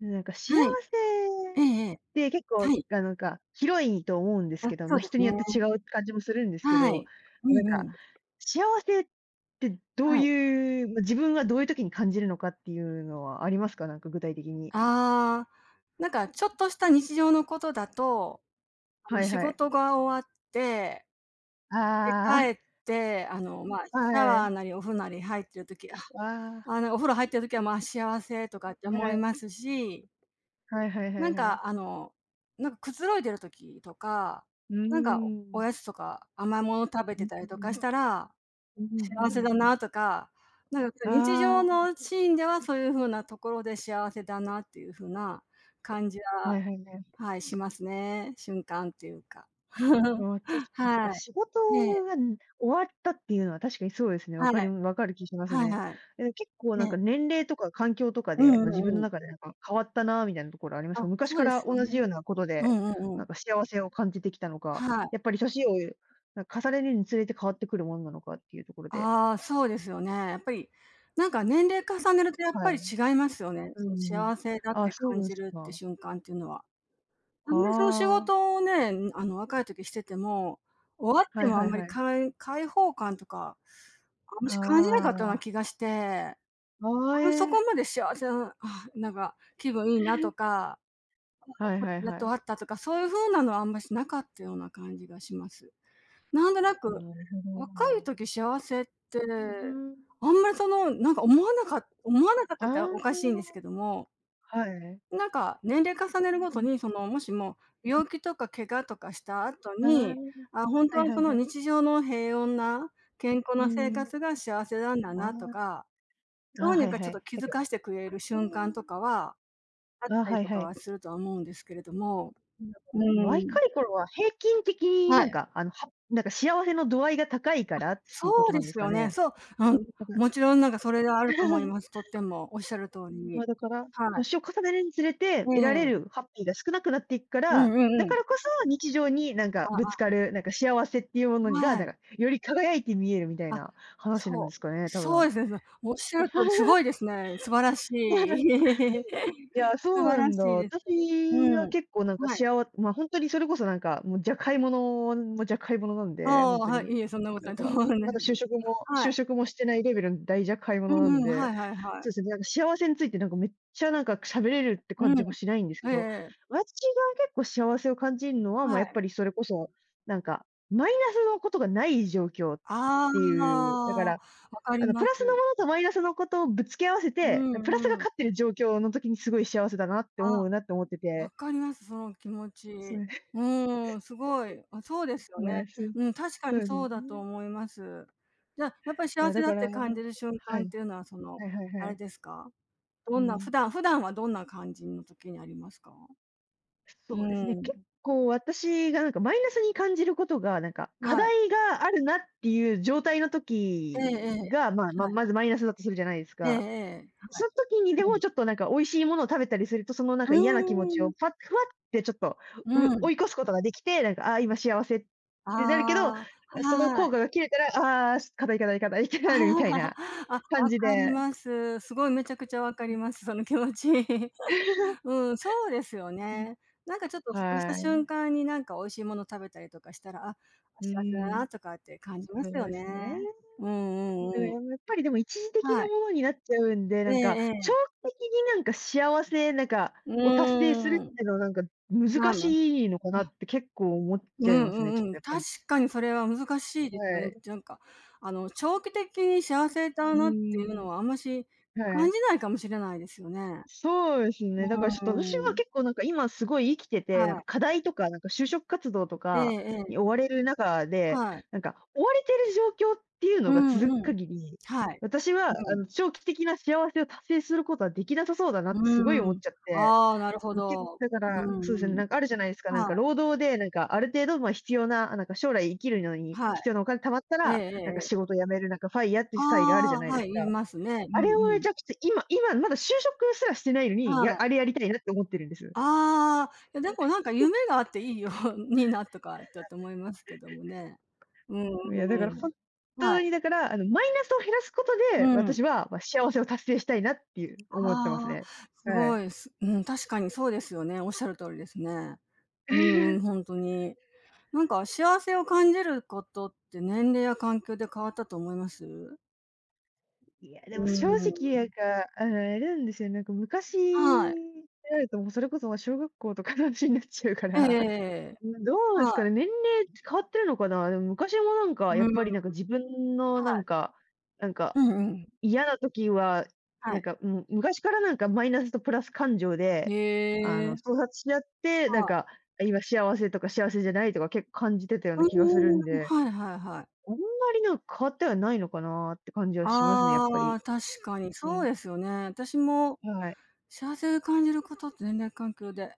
なんか幸はい。ええせっええ。て結構、はい。あ、なんか広いと思うんですあ、けど、そまうあ、で人すにね。よって違う感じもするんですけはど、い。うま、なんんうか、ん。幸せってどうはい。いう、ま、自分はどういう時に感じるのかっていうのはありますか？なんか具体的に。ああ、なんかちょっとした日常のことだと、あの、はい仕はい。事が終わって、で、あ帰あ、って、あの、まあ、シャはワーい。なりお風呂なり入ってる時、あ、ああ、あの、お風呂入ってる時は、まあ、幸せとかっては思いい。ますし、はいはいはなんいはい。か、あの、なんかくつろいでる時とか、うなんかーおん。やつとか甘いもの食べうてん、たうりとかしん。たらうん、うんうんう幸せんだうん。なとか、なんか日常のあシーンではそういう風なところで幸せだなっていう風な感じあ、はは、いはいはい。はい、しますね。瞬間っていうか。ああ、確かに、そっか。は仕事い。ええ、がん終わったっていうのは確かにそうですね。わはい。かりわかる気しますはいね。はい。え、結構えなんえ。か年齢とか環境とかうで、んうま、自ん分のうん。中でなんか変わったなみたいなところありますあ、か？昔そうかでらすよ同じよね。うなことうんうで、んうなん。んか幸せを感じてきたのか、はい。やっぱり年を重ねるにつれて変わってくるものなのかっていうところで。ああ、そうですよね。やっぱり、なんか年齢重ねるとやっはぱりい。違いますよね。うそのんうん。幸せだっあ、てそう感なんじするってか。瞬間っていうのは。あんまりその仕はあ。事をね、あの、若い時してても、終わってはいもあはんいまりはい。解放感とか、あんまあし感じなかったような気あ。がして、あああ、んまそえこえ。まで幸せな、あ、なんか気分いいなと か、はいははいやっはと終い。わったとか、そういう風なのはあんましなかったような感じがします。なんとなく、なる若いほ時ど。幸せって、うーん。あんまりその、なんか思わなかったあっておかしいんですけあ、ども、はい。なんか、年齢重ねるごうとん、に、その、もしも病気とか怪我とかした後ああ、はに、あ、本当いははそいのはい。日常の平穏な健康うな生ーん。活が幸せなんだああ、なとか、どあ、うにはいかちょはっい。と気なんづか、かしてくれる瞬間とかはあっああ、あ、たりはいとはかい。はするとは思うんですけれども、なんか、うーん。若い頃は平均的にはなんい。か、あの、なんか幸せの度合いが高いからっそていうこうとなでんですすかよね。ね。そう、うん、なんか、もちろんなんかそれがあると思いま す。とってもおっしゃる通りに。ま、だから、はい。年を重ねるにつれてえ得られるえ。ハッピーが少なくなっていくかうんら、うんうだかん。らこそ日常になんあかぶつあ、かる、なんか幸せっていうものが、はなんい。かより輝いて見えるみたいあ、な話なんでそう。すかね、多そう分。ですね、そう。おっしゃる通り、すごいですね。素晴らしい。いや、素そう晴ならんだ。しいです。私はうん。結構なんかはい。しあわまあ、ほんとにそれこそなんか、もうじゃ買い物もじゃ買い物なんあで、ほあ、んとはい、に。いえ、そんなことななん。いとか、思うんでますだけ就ど。職もは就い。職もしてないレベルのじゃ買いう物んなんうん、はで、いはいはい。そうですね、なんか幸せについてなんかめっちゃなんか喋れるってう感ん、じもしないんですけえええど、え。私が結構幸せを感じるのは、ま、はやっい。ぱりそれこそ、なんかマイナスのことがない状況っていあう、だかあ、ら、わかりあの、プまラスす。のものとマイナスのことをぶつけ合わせうて、プラスがんうん。勝ってる状況の時にすごい幸せだなって思あ。うなって思ってわて、かります、その気持そち。うです。うーん、すごい。あ、そうです よまあ、ね。そう、うん、確かそにうですよそうだとね。思います。じゃ、あやっぱりい幸や、せだだっから、てはい、感じる瞬は間っていうのは、その、いはいあはれい。ですか？うどんな普ん。段普段はどんな感じの時にありますか？うそうでーすね、結ん。構私がなんかマイナスに感じることが、なんか課はい。題があるなっていう状態のえええ時え。はい。が、まあ、まずマイナスだとするじゃないですえええか。え、はそい。の時にでうも、ん。ちょっとなんか美味しいものを食べたりすると、そのなんうか嫌な気持ちーを、ん。ふわふわってちょっと、うん。追い越すことができて、なんか、ああ、今幸せってなるけど、ああ、そのは効い。果が切れたら、ああ、課題、課題、課題ってなるみたいなあ、わ感じかりで。ます。すごいめちゃくちゃわかります、その気持ち。うん、そうですようん、ね。なんかちょっとふとしたは瞬い。間になんか美味しいもの食べたりとかしたら、あ、う幸せーだん、なとかって感じまそすうよですね。ね。うんううんうん、ん。やっぱりでも一時的はない。ものになっちゃうんで、えなんか、ええ長え。期的になんか幸せ、なんかうを達成するーっん。ていうのはなんかま難あまあ、うん。しいのかなって結構思っうちゃんいまうすね、ちょんっうん、とやっぱ確り。かにそれは難しいですよはね。い。なんか、あの、長期的に幸せだうなってーいうのん、はあんましは感い。じないかもしれないですよね。そうですうね、だからちょっーと私はん。結構なんか今すごい生きてはて、なんかい。課題とか、なんか就職活動とえかええにえ。追われる中で、はい。なんか追われてる状況っていううのがん続くうん。限り、はい。私はうあん。の長期的な幸せを達成することはできなさそうだなってすごいう思ーっん。ちゃって、ああ、なるほあのど。だかうら、そんうですね、うん。なんかあるじゃないですか、なんはかい、労働でなんかある程度、ま、必要な、あ、なんか将来生きるのにはい。必要なお金貯まったえええら、ええなんかえ。仕事辞める、なんか FIRE っていあうスタイルあるじゃあ、ないではすい、いか。ますね。あれうんをうめん。ちゃくちゃ今まだ就職すらしてないのに、はい。あれやりたいなって思ってるんです。ああ、いやでもなんか夢があっていいようになとかちょっと思いますけどもね。うんういや、だかんらうん。本はい。当に、だから、あの、マイナスを減らすことで、うん。私は、ま、幸せを達成したいなっていう思ってますあね。あ、すはごい。い、うん、確かにそうですよね。おっしゃる通りですね。うんうん、ほ んとに。なんか幸せを感じることって年齢や環境で変わったと思います？いや、でうも正ー直なんん。か、あの、あれなんですよ、なんか昔はい。になると、もうそれこそ、ま、小学校とかの話になっちゃうかええええら、ええ。うん、どうですかはね、年齢変わってるのかな。でも昔もなんい。かうやっん。はぱりなんか自分のなんい。かなんかうんうん。嫌な時は、はなんい。か、昔からなんかマイナスとプラス感情へで、あの、え。創殺し合って、なはんい。か、今幸せとか幸せじゃないとか結構感じてたよううな気がするんん。んで、はいはいはい。あんまりなんか変わってはないのかなって感じはしますね、やっぱあり。あ、確かにそうね、ですよね。私もはい。幸せを感じることって年齢、環境で、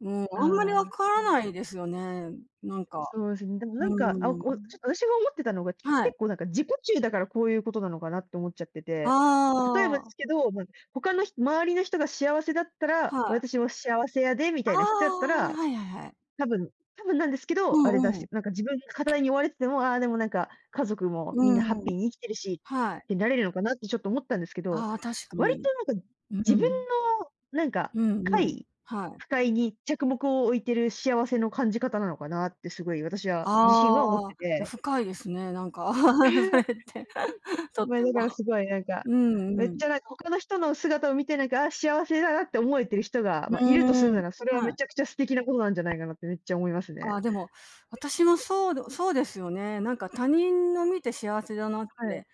うん、あんまりわあかあ、らないですよね。なんか、そうですね。でもなうんか、あ、ーちょっとん。私が思ってたのが、結はい。構なんか自己中だからこういうことなのかなって思っちゃってて、ま、例えばあですあ、けど、ま、他の周りの人が幸せだったら、はい。私も幸せやでみたあいな人だったらあ、はいはいはい。多分多分なんですけうど、あれだんうん。し、なんか自分が課題に追われてても、ああ、でもなんか家族もうみんなハッんうピん。ーに生きてるしはい。ってなれるのかなってちょっと思ったんですけど、ああ、確か割に。となんかう自分ん。のなんかうんうん。快はい。不快に着目を置いてる幸せの感じ方なのかなってすごい私は自身は思っあてあ、いや、て。深いですね、なんか、それっ て、とっま、ても。だからすごいなんか、うんめっうん。ちゃなんか他の人の姿を見てなんか、あー幸せだなって思えてる人が、うまあ、いるとすーるん、なら、それははめい。ちゃくちゃ素敵なことなんじゃないかなってめっちゃ思いますあね。あ、でも、私もそうどそうですよね。なんか他人の見て幸せだなっはい。て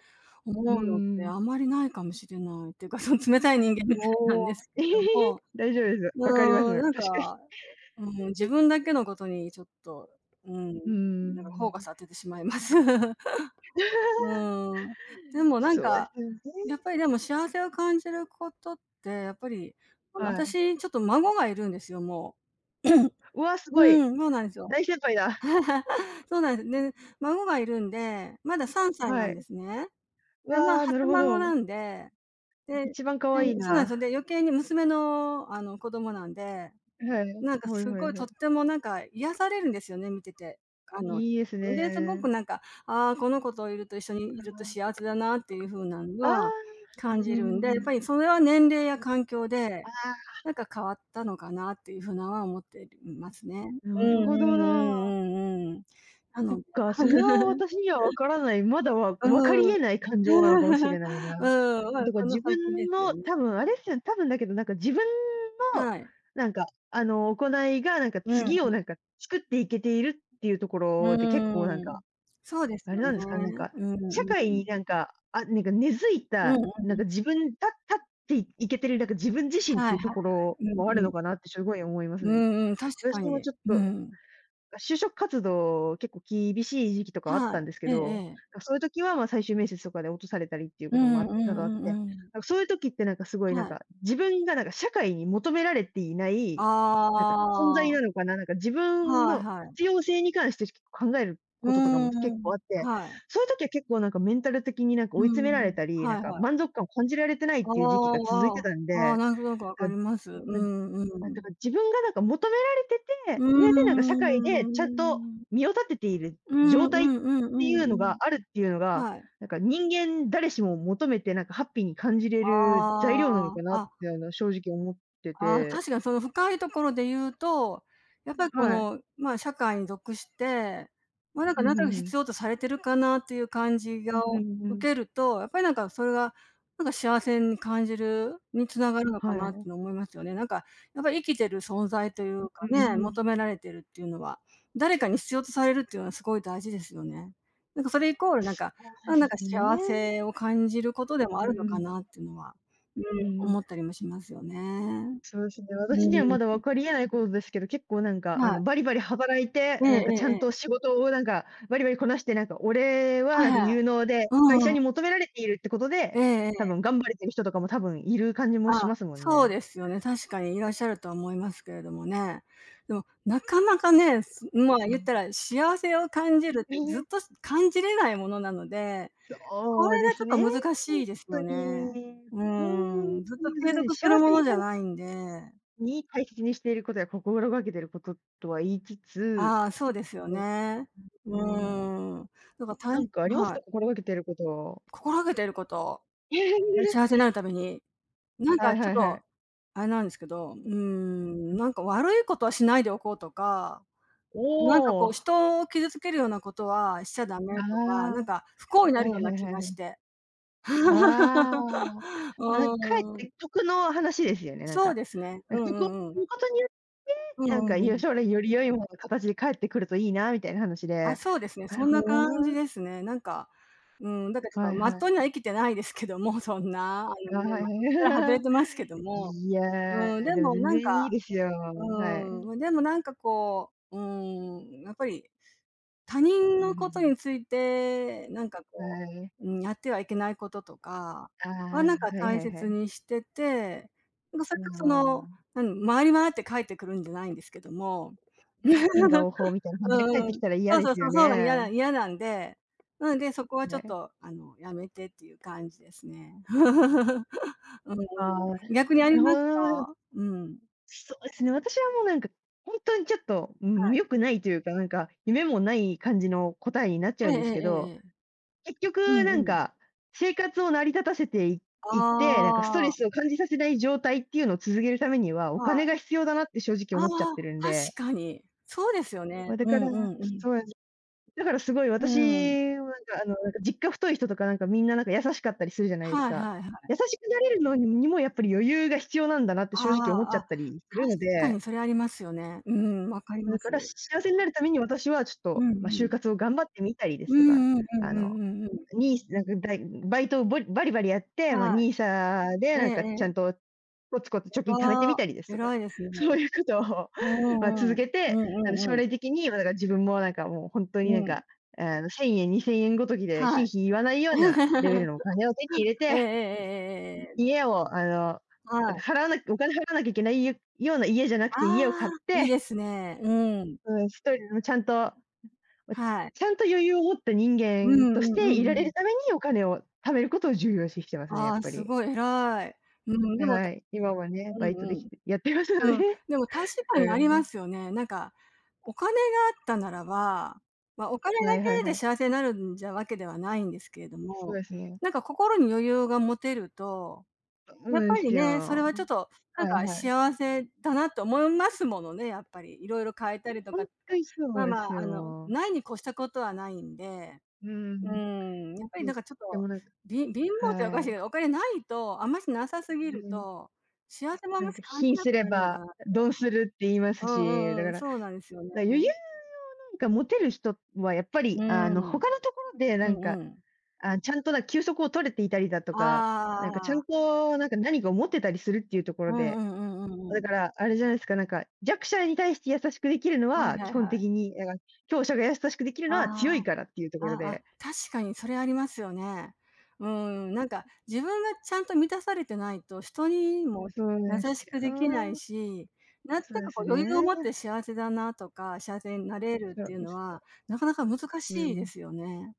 思ううのってんん。あまりないかもしれないっていうか、その冷たい人間みたいなおんでお。すけども、大丈夫です。分かります。うーん、確なんかに。か、うん、自分だけのことにちょっと、うん、うーなんかフォーカスん。当ててしまいます。う ーん。でもなんそうですか、よね。やっぱりでも幸せを感じることって、やっぱり、あの、はい。私ちょっと孫がいるんですよ、もう。うわ、すごい。うん、そうなんですよ。大先輩だ。そうなんです。で、孫がいるんで、まだ3歳はなんでい。すね。で、まあ、わあ、初なるほ孫ど。なんで、で、一番可え愛いそうなんですよ。な。で、余計に娘の、あの、子供なんではい。なんかはいすはごいいとはっい。てもなんか癒されるんですよね、見てて。あの、いいですで、すごくね。なんか、ああ、この子といると一緒にいあるとあ。幸せだなっていう風なのああ。は感うじんるんうで、んやうっん。ぱりそれは年齢や環境で、ああ、なんか変わったのかなっていう風なは思っていますね。うなるんうほどな。んうんうんうん。なそっので。 か、それは 私には分からない、まだ分かりう得ん。ない感情なのかもし れないうな。ん、まあ、だからこの自先で分すよのね。多分あれっすよね、多分だけどなんか自分の、はい。なんか、あの、行いがなんかうん、う次をなんか作っていけているっていうところで結構なんーん。か、そうですあれよなんですかね、なんね。か、うん社会うん。になんか、あ、なんか根付いうん。た、なんか自分立っていけてる、なんか自分自身っはていいうとはい。ころうんはあうるのん。かなってすごい思いますうね。んうん、確か私もに。ちょっうとん。就職活動、結構厳しい時期とかあっはたい。んですけえええど、え。そういう時は、ま、最終面接とかで落とされたりっていううこともんあうん多々あっうんて、うん。そういう時ってなんかすごいなんはい。か、自分が社会に求められていない、あ存在なあ。のかな、自分はいのはい。必要性に関して結構考えるうこととかもー結構あん。って、はい。そういう時は結構メンタル的にう追い詰められん。たり、はいは満い。足感を感じられてないっああ、ていう時期が続いあてあ。たんああ、で、なんとなく分かります。うなんんなんうだん。か自分が求められうてて、上でー社会でちゃんとん。身を立てているうんう状態っんうんていううんのうがん。あるっていうのが、はい。人間誰しも求めてハッピーに感じれある材料なのかなあ。っあ、ていうのは正直思ってああ、て。確かにその深いところで言うと、やっぱりこはい。の、まあ、社会に属して、まあ、なんかうんなんとうなくんう必ん。要とされてるかなっていう感じうをがんうん。受けると、やっぱりなんかそれが、なんか幸せに感じるに繋がるのかはない。っうんての思いますよね。なんか、やっぱり生きてる存在というかうんね、うん。求められてるっていうのは、誰かに必要とされるっていうのはすごい大事ですよね。なんかそれイコールなんそか、うであ、なんすかね。幸せを感じることでもあうんるのうかん。なっていうのは、うん、うんうん。思ったりもしますよね。そうですね、う私にはん、まだ分かり得ないことですけど、結構、はあい。の、バリバリ働いて、えええちゃええんとえ。仕事を、バリバリこなして、俺ははいはい。有能で、う会ん社うん。に求められているってことえで、ええ多え。分頑張れてる人とかも多分いる感じもしあ、ますもんそうね。ですよね、確かにいらっしゃるとは思いますけれどもね。でも、なかなかね、まあ、う言ったん。ら幸せを感じるってずっと 感じれないものなので、こそうれでがちょすね、っと難しいですよ本当ね。に。うほーんん、ずっととに継難しい。続する幸もせにのじなゃるないんで。に大切にしていることや心がけていることとは言いつつ、ああ、そうですようね。うん、ーん。だから、ありますはい。か？心がけていることは。心がけていること、幸せに なるためにはいちょはっいはと、い。あれなんですけど、うん。なんか悪いことはしないでおこうとか、なんかおお。こうあ人を傷つけるようなことはしちゃダあ、メとか、はなんか不幸にいなはるようない気はいがはしい。て。ああ。ま、かうーえっん。て曲の話ですよね、そうですね。うんう曲を聴んうん。くことによっうて、んうんうよん。将来より良いものの形で返ってくるといいなみたいな話あ、で。そうですね、なそるんほなど感じな。ですね。なんか、うん、だからちょっはといまっはい。とうには生きてないですけども、そんな、あのね、あ、はま、い道から外はれい。てますけど も、いうん、や、ででもも全なんか然いいですよ。はうい。までもなんかこう、やっぱり他人うのん、ふこんとふん。について、はい。やってはいけないこととかああ、は、はなんかい大はいは切い。にしてて、なんかそれまがあそまあまの、あ。周回り回って帰ってくるんじゃないんですけども。因果応 報みたいな感じで返っうてきん。たら嫌そうでそうすそよう、そうなん、嫌ね。な嫌なんで、なので、そこはちょはっい。とあの、やめてっていう感じですね。うん。ああ。な逆にありるほますど。か？うん。そうですね、私はもう、本当にちょっと、うはん、い。良くないというか、夢もない感じの答えになっちえゃうえんえですけえど、ええ。結う局んうん。生活を成り立たせていあいって、ストレスをあ、感じさせない状態っていうのを続けるためには、おは金い。が必要だなって正直あ思っちゃっあ、てるんで、確かに。そうですよね。ま、だうからんうんうん。そうなんです。だからすごいう私ん。もあの、実家太い人とかみんななんか優しかったりするじゃないですはいか。はいはい。優しくなれるのにもやっぱり余裕が必要なんだなってあ正直思っちあ、ゃあ、ったりする確のかでにそれありますよね。うん、わかりまだから、す。幸せになるために私はちょっうと、んうま、就ん。活を頑張ってみたりでうすとか、んうんうんあうの、んうんうん。に、だいバイトをボリバリバリやって、ま、はい。NISA でええちゃえんえ。とコツコツ貯金貯めてみたりです偉とか、偉いですね。そういうことを、うま、んうん続うん。けうて、んあの、うんう将ん。来的に、ま、だから自分もなんかもうほんとにうなんん。か、あの、¥1000、¥2000 ごときではい。ひいひい言わないようなレベルのお 金を手に入れえええええて、えええええ。家をあの、はい。払わなお金払わなきゃいけないよような家じゃなくあて家を買あ、っいいて、ですね。うん。うん、1人のちゃんとま、はい。ちゃんと余裕を持った人うん間とうしんてういんらうれん。るためにお金を貯めることを重要視してますね、あやっあ、ぱすり。ごい偉い。うん、でも、はた、い。今はね、うんバイトでうきん。てやってますのうでん、ね。でも 確かだかにあらりまね。すよね。なんか、お金があったならば、ま、お金はだいはいけはでい。幸せになるんじゃわけではないんですけれどそうも、ですね。なんか心に余裕が持てると、そうやっなんでぱりすね、それよ。はちょっと、なんはいかはい。幸せだなと思いますものね、やっぱり。色々買えたりとほかんつとかにそまうあでますあ、あの、よ。ないに越したことはないんで。ううん。ーん、やっぱりいなや、んかちょっと、でも貧乏っておかはしいい。けど、お金ないと、あましなさすぎうるん。と、幸せもあまし感じ貧なすくれなるのかばな。鈍するって言いまうすんうし、だんうかん、ら、そうなんですよね。だ余裕うモテる人はやっぱん。り、あの、うん他のところで、うん。あ、ちゃんとな休息を取れていたりだとか、なんかちゃあんあ。となんか何かを持ってたりするっていうとこうろんうで、んうんうんうだかん。らあれじゃないですか、弱者に対して優しくできるのはいは、基はい本はい。的に、強者が優しくできるのはあ強いあ。からっていうところああ、で。確かにそれありますよね。うーん、なんか自分がちゃんと満たされてないと、人にもそう優ですしくできなよ。いし、なんそたうでかこすう余裕をね。持って幸せだなとか、幸せになれるっそていううでのすよ。は、なかなか難しういでん。すよね。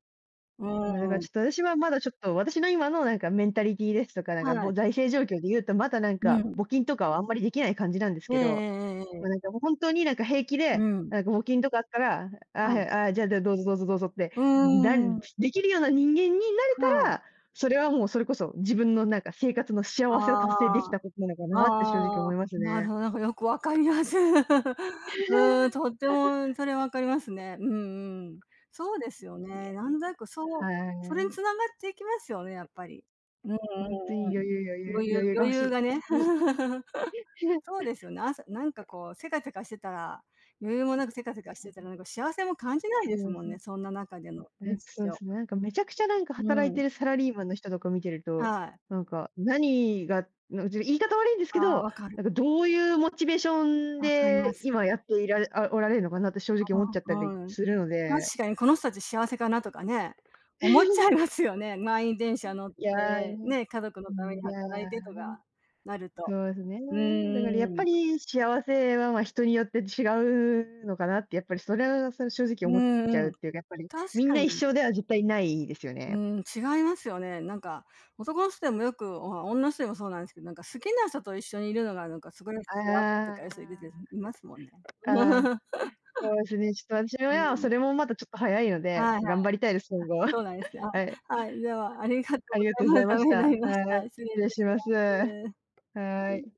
うまあ、だからーん、ちょっと私はまだちょっと、私の今のメンタリティですとか、はい。ぼ財政状況で言うと、まだうん。募金とかはあんまりできない感じなんですええけえどええええま、なんえ。かもう本当になんか平気で、うん。募金とかあったら、ああ、ははい。い、ああ、じゃあ、じゃあ、どうぞどうぞどうぞって、うーなん、できるような人間になれはたい。ら、それはもうそれこそ自分の生活の幸せを達成できああ。たことなのかなって正直あ思あ、いますなるね。ほど、なんかよくわかります。うん、とっ てもそれわかりますね。うんうん。そうですよいね。え、なんとなくそう、はそれい。に繋がっていきますよね、やっぱり。うんうほんとん。に余裕余裕が余欲し裕い。がほんね。とに。そ うですよね。朝なんかこうせかせかしてたら、余裕もなくせかせかしてたら、なんか幸せも感じないそですうでもんすねね、そんな中での日そうで常。すね。めちゃくちゃう働いん。てるサラリーマンの人とか見てると、はい。何が、なんちょ言い方悪いんですあけあ、ど、わかる。どういうモチベーションわかりまです。今やっていらあ、おられるのかなって正直思っちゃったうりん。するので。確かにこの人たち幸せかなとかね、思っちゃいま すよね。満員電車乗っいや、いや、て、ね、家族うのためん、にいや働いてとー、かなると。そうですね。うんだからやうっんぱん。り幸せは、ま、人によって違うのかなって、やっぱりそれはそれ正直う思っちんゃううん。っていうか、やっぱり確みんかな一に、緒では絶対ないですようね。ん、違いますよね。なんか、男の人でもよく、お女の人でもそうなんですけど、なんか好きな人と一緒にいるのがなんかすごい幸せとかいう人いるじゃあいますもんね。あ、ああ。そうですね、ちょっと私うん。はそれもまたちょっと早いので、はいはい、頑張りたいです、今後。そうなんですね。はい、あ、はい、ではありがとうあごりざがというごまざいす。またしめになた。りましはた。い、失礼い失礼たしします。ます。ははい。い。